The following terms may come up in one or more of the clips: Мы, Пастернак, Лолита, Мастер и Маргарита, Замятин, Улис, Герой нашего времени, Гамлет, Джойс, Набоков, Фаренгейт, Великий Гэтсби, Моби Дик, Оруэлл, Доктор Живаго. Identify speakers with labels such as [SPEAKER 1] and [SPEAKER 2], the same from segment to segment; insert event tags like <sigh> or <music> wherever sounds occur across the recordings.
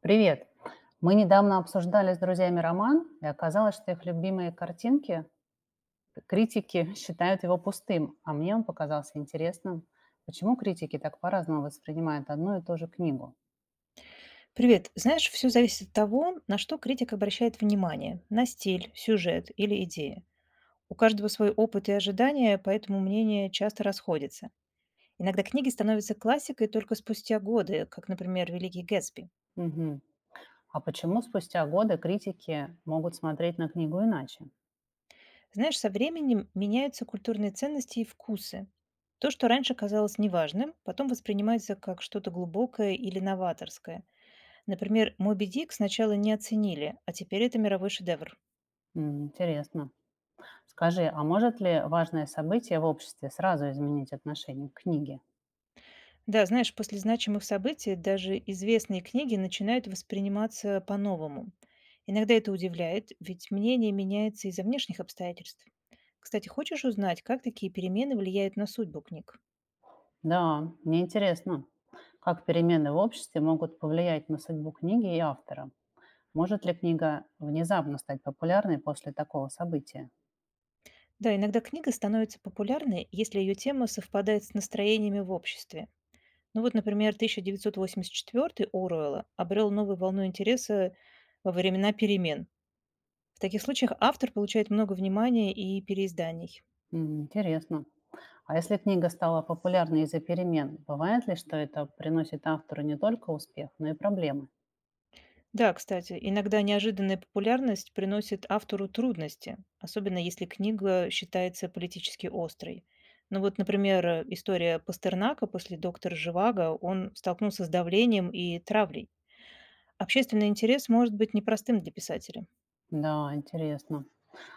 [SPEAKER 1] Привет. Мы недавно обсуждали с друзьями роман, и оказалось, что их любимые картинки, критики <laughs> считают его пустым, а мне он показался интересным. Почему критики так по-разному воспринимают одну и ту же книгу?
[SPEAKER 2] Привет. Знаешь, все зависит от того, на что критик обращает внимание – на стиль, сюжет или идеи. У каждого свой опыт и ожидания, поэтому мнения часто расходятся. Иногда книги становятся классикой только спустя годы, как, например, «Великий Гэтсби».
[SPEAKER 1] Мгм. А почему спустя годы критики могут смотреть на книгу иначе?
[SPEAKER 2] Знаешь, со временем меняются культурные ценности и вкусы. То, что раньше казалось неважным, потом воспринимается как что-то глубокое или новаторское. Например, «Моби Дик» сначала не оценили, а теперь это мировой шедевр.
[SPEAKER 1] Интересно. Скажи, а может ли важное событие в обществе сразу изменить отношение к книге?
[SPEAKER 2] Да, знаешь, после значимых событий даже известные книги начинают восприниматься по-новому. Иногда это удивляет, ведь мнение меняется из-за внешних обстоятельств. Кстати, хочешь узнать, как такие перемены влияют на судьбу книг?
[SPEAKER 1] Да, мне интересно, как перемены в обществе могут повлиять на судьбу книги и автора. Может ли книга внезапно стать популярной после такого события?
[SPEAKER 2] Да, иногда книга становится популярной, если ее тема совпадает с настроениями в обществе. Ну вот, например, 1984 Оруэлла обрел новую волну интереса во времена перемен. В таких случаях автор получает много внимания и переизданий.
[SPEAKER 1] Интересно. А если книга стала популярной из-за перемен, бывает ли, что это приносит автору не только успех, но и проблемы?
[SPEAKER 2] Да, кстати, иногда неожиданная популярность приносит автору трудности, особенно если книга считается политически острой. Ну вот, например, история Пастернака после «Доктора Живаго», он столкнулся с давлением и травлей. Общественный интерес может быть непростым для писателя.
[SPEAKER 1] Да, интересно.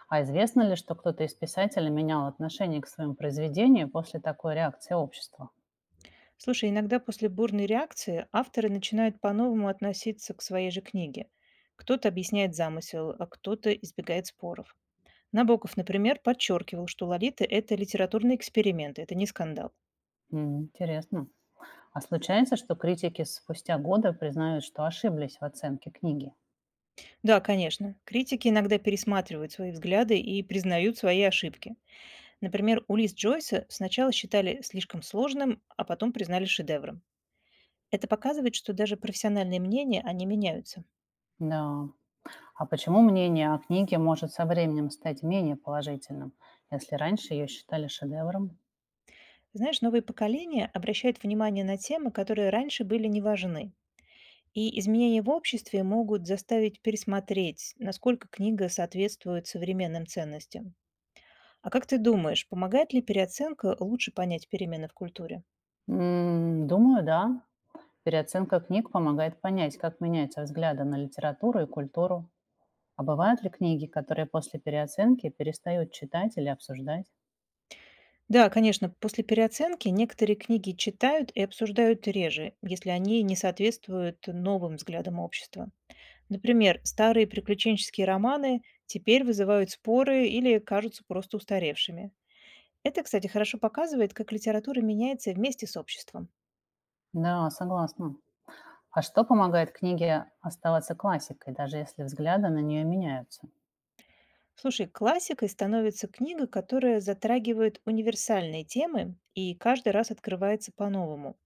[SPEAKER 1] А известно ли, что кто-то из писателей менял отношение к своему произведению после такой реакции общества?
[SPEAKER 2] Слушай, иногда после бурной реакции авторы начинают по-новому относиться к своей же книге. Кто-то объясняет замысел, а кто-то избегает споров. Набоков, например, подчеркивал, что «Лолита» — это литературный эксперимент, это не скандал.
[SPEAKER 1] Интересно. А случается, что критики спустя годы признают, что ошиблись в оценке книги?
[SPEAKER 2] Да, конечно. Критики иногда пересматривают свои взгляды и признают свои ошибки. Например, Улис Джойса сначала считали слишком сложным, а потом признали шедевром. Это показывает, что даже профессиональные мнения, они меняются.
[SPEAKER 1] Да. А почему мнение о книге может со временем стать менее положительным, если раньше ее считали шедевром?
[SPEAKER 2] Знаешь, новые поколения обращают внимание на темы, которые раньше были не важны. И изменения в обществе могут заставить пересмотреть, насколько книга соответствует современным ценностям. А как ты думаешь, помогает ли переоценка лучше понять перемены в культуре?
[SPEAKER 1] М, думаю, да. Переоценка книг помогает понять, как меняются взгляды на литературу и культуру. А бывают ли книги, которые после переоценки перестают читать или обсуждать?
[SPEAKER 2] Да, конечно, после переоценки некоторые книги читают и обсуждают реже, если они не соответствуют новым взглядам общества. Например, старые приключенческие романы теперь вызывают споры или кажутся просто устаревшими. Это, кстати, хорошо показывает, как литература меняется вместе с обществом.
[SPEAKER 1] Да, согласна. А что помогает книге оставаться классикой, даже если взгляды на нее меняются?
[SPEAKER 2] Слушай, классикой становится книга, которая затрагивает универсальные темы и каждый раз открывается по-новому.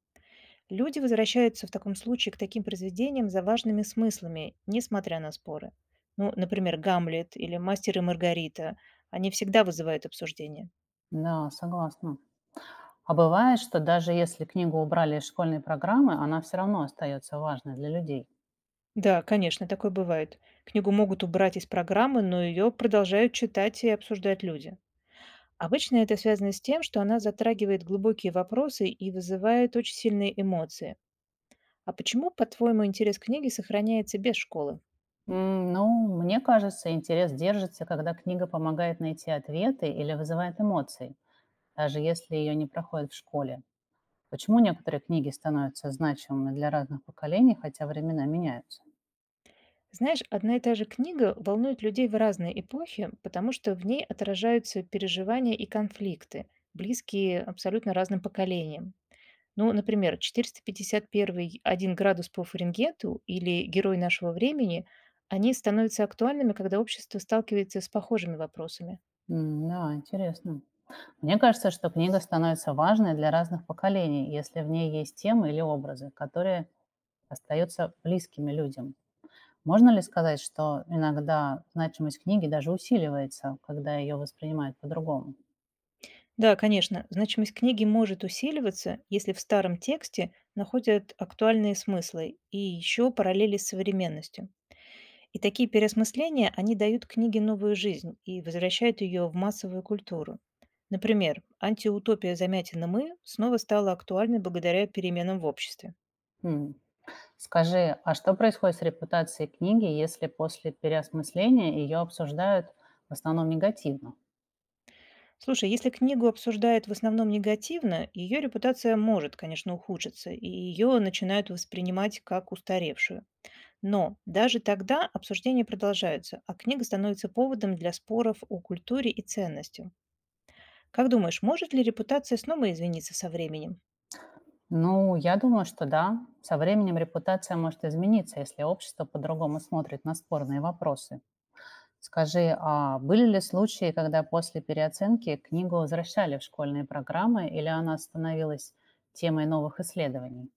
[SPEAKER 2] Люди возвращаются в таком случае к таким произведениям за важными смыслами, несмотря на споры. Ну, например, «Гамлет» или «Мастер и Маргарита». Они всегда вызывают обсуждение.
[SPEAKER 1] Да, согласна. А бывает, что даже если книгу убрали из школьной программы, она все равно остается важной для людей.
[SPEAKER 2] Да, конечно, такое бывает. Книгу могут убрать из программы, но ее продолжают читать и обсуждать люди. Обычно это связано с тем, что она затрагивает глубокие вопросы и вызывает очень сильные эмоции. А почему, по-твоему, интерес к книге сохраняется без школы?
[SPEAKER 1] М, ну, мне кажется, интерес держится, когда книга помогает найти ответы или вызывает эмоции, даже если ее не проходят в школе. Почему некоторые книги становятся значимыми для разных поколений, хотя времена меняются?
[SPEAKER 2] Знаешь, одна и та же книга волнует людей в разные эпохи, потому что в ней отражаются переживания и конфликты, близкие абсолютно разным поколениям. Ну, например, 451 «Один градус по Фаренгейту» или «Герой нашего времени», они становятся актуальными, когда общество сталкивается с похожими вопросами.
[SPEAKER 1] М, да, интересно. Мне кажется, что книга становится важной для разных поколений, если в ней есть темы или образы, которые остаются близкими людям. Можно ли сказать, что иногда значимость книги даже усиливается, когда ее воспринимают по-другому?
[SPEAKER 2] Да, конечно, значимость книги может усиливаться, если в старом тексте находят актуальные смыслы и еще параллели с современностью. И такие переосмысления, они дают книге новую жизнь и возвращают ее в массовую культуру. Например, антиутопия «Замятина мы» снова стала актуальной благодаря переменам в обществе.
[SPEAKER 1] М. Скажи, а что происходит с репутацией книги, если после переосмысления ее обсуждают в основном негативно?
[SPEAKER 2] Слушай, если книгу обсуждают в основном негативно, ее репутация может, конечно, ухудшиться, и ее начинают воспринимать как устаревшую. Но даже тогда обсуждения продолжаются, а книга становится поводом для споров о культуре и ценностях. Как думаешь, может ли репутация снова извиниться со временем?
[SPEAKER 1] Ну, я думаю, что да. Со временем репутация может измениться, если общество по-другому смотрит на спорные вопросы. Скажи, а были ли случаи, когда после переоценки книгу возвращали в школьные программы или она становилась темой новых исследований?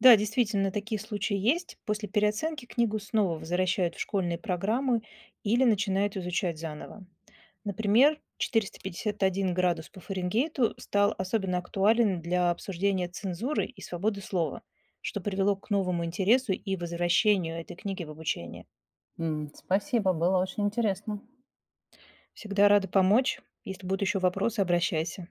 [SPEAKER 2] Да, действительно, такие случаи есть. После переоценки книгу снова возвращают в школьные программы или начинают изучать заново. Например, 451 градус по Фаренгейту стал особенно актуален для обсуждения цензуры и свободы слова, что привело к новому интересу и возвращению этой книги в обучение.
[SPEAKER 1] М, спасибо, было очень интересно.
[SPEAKER 2] Всегда рада помочь. Если будут еще вопросы, обращайся.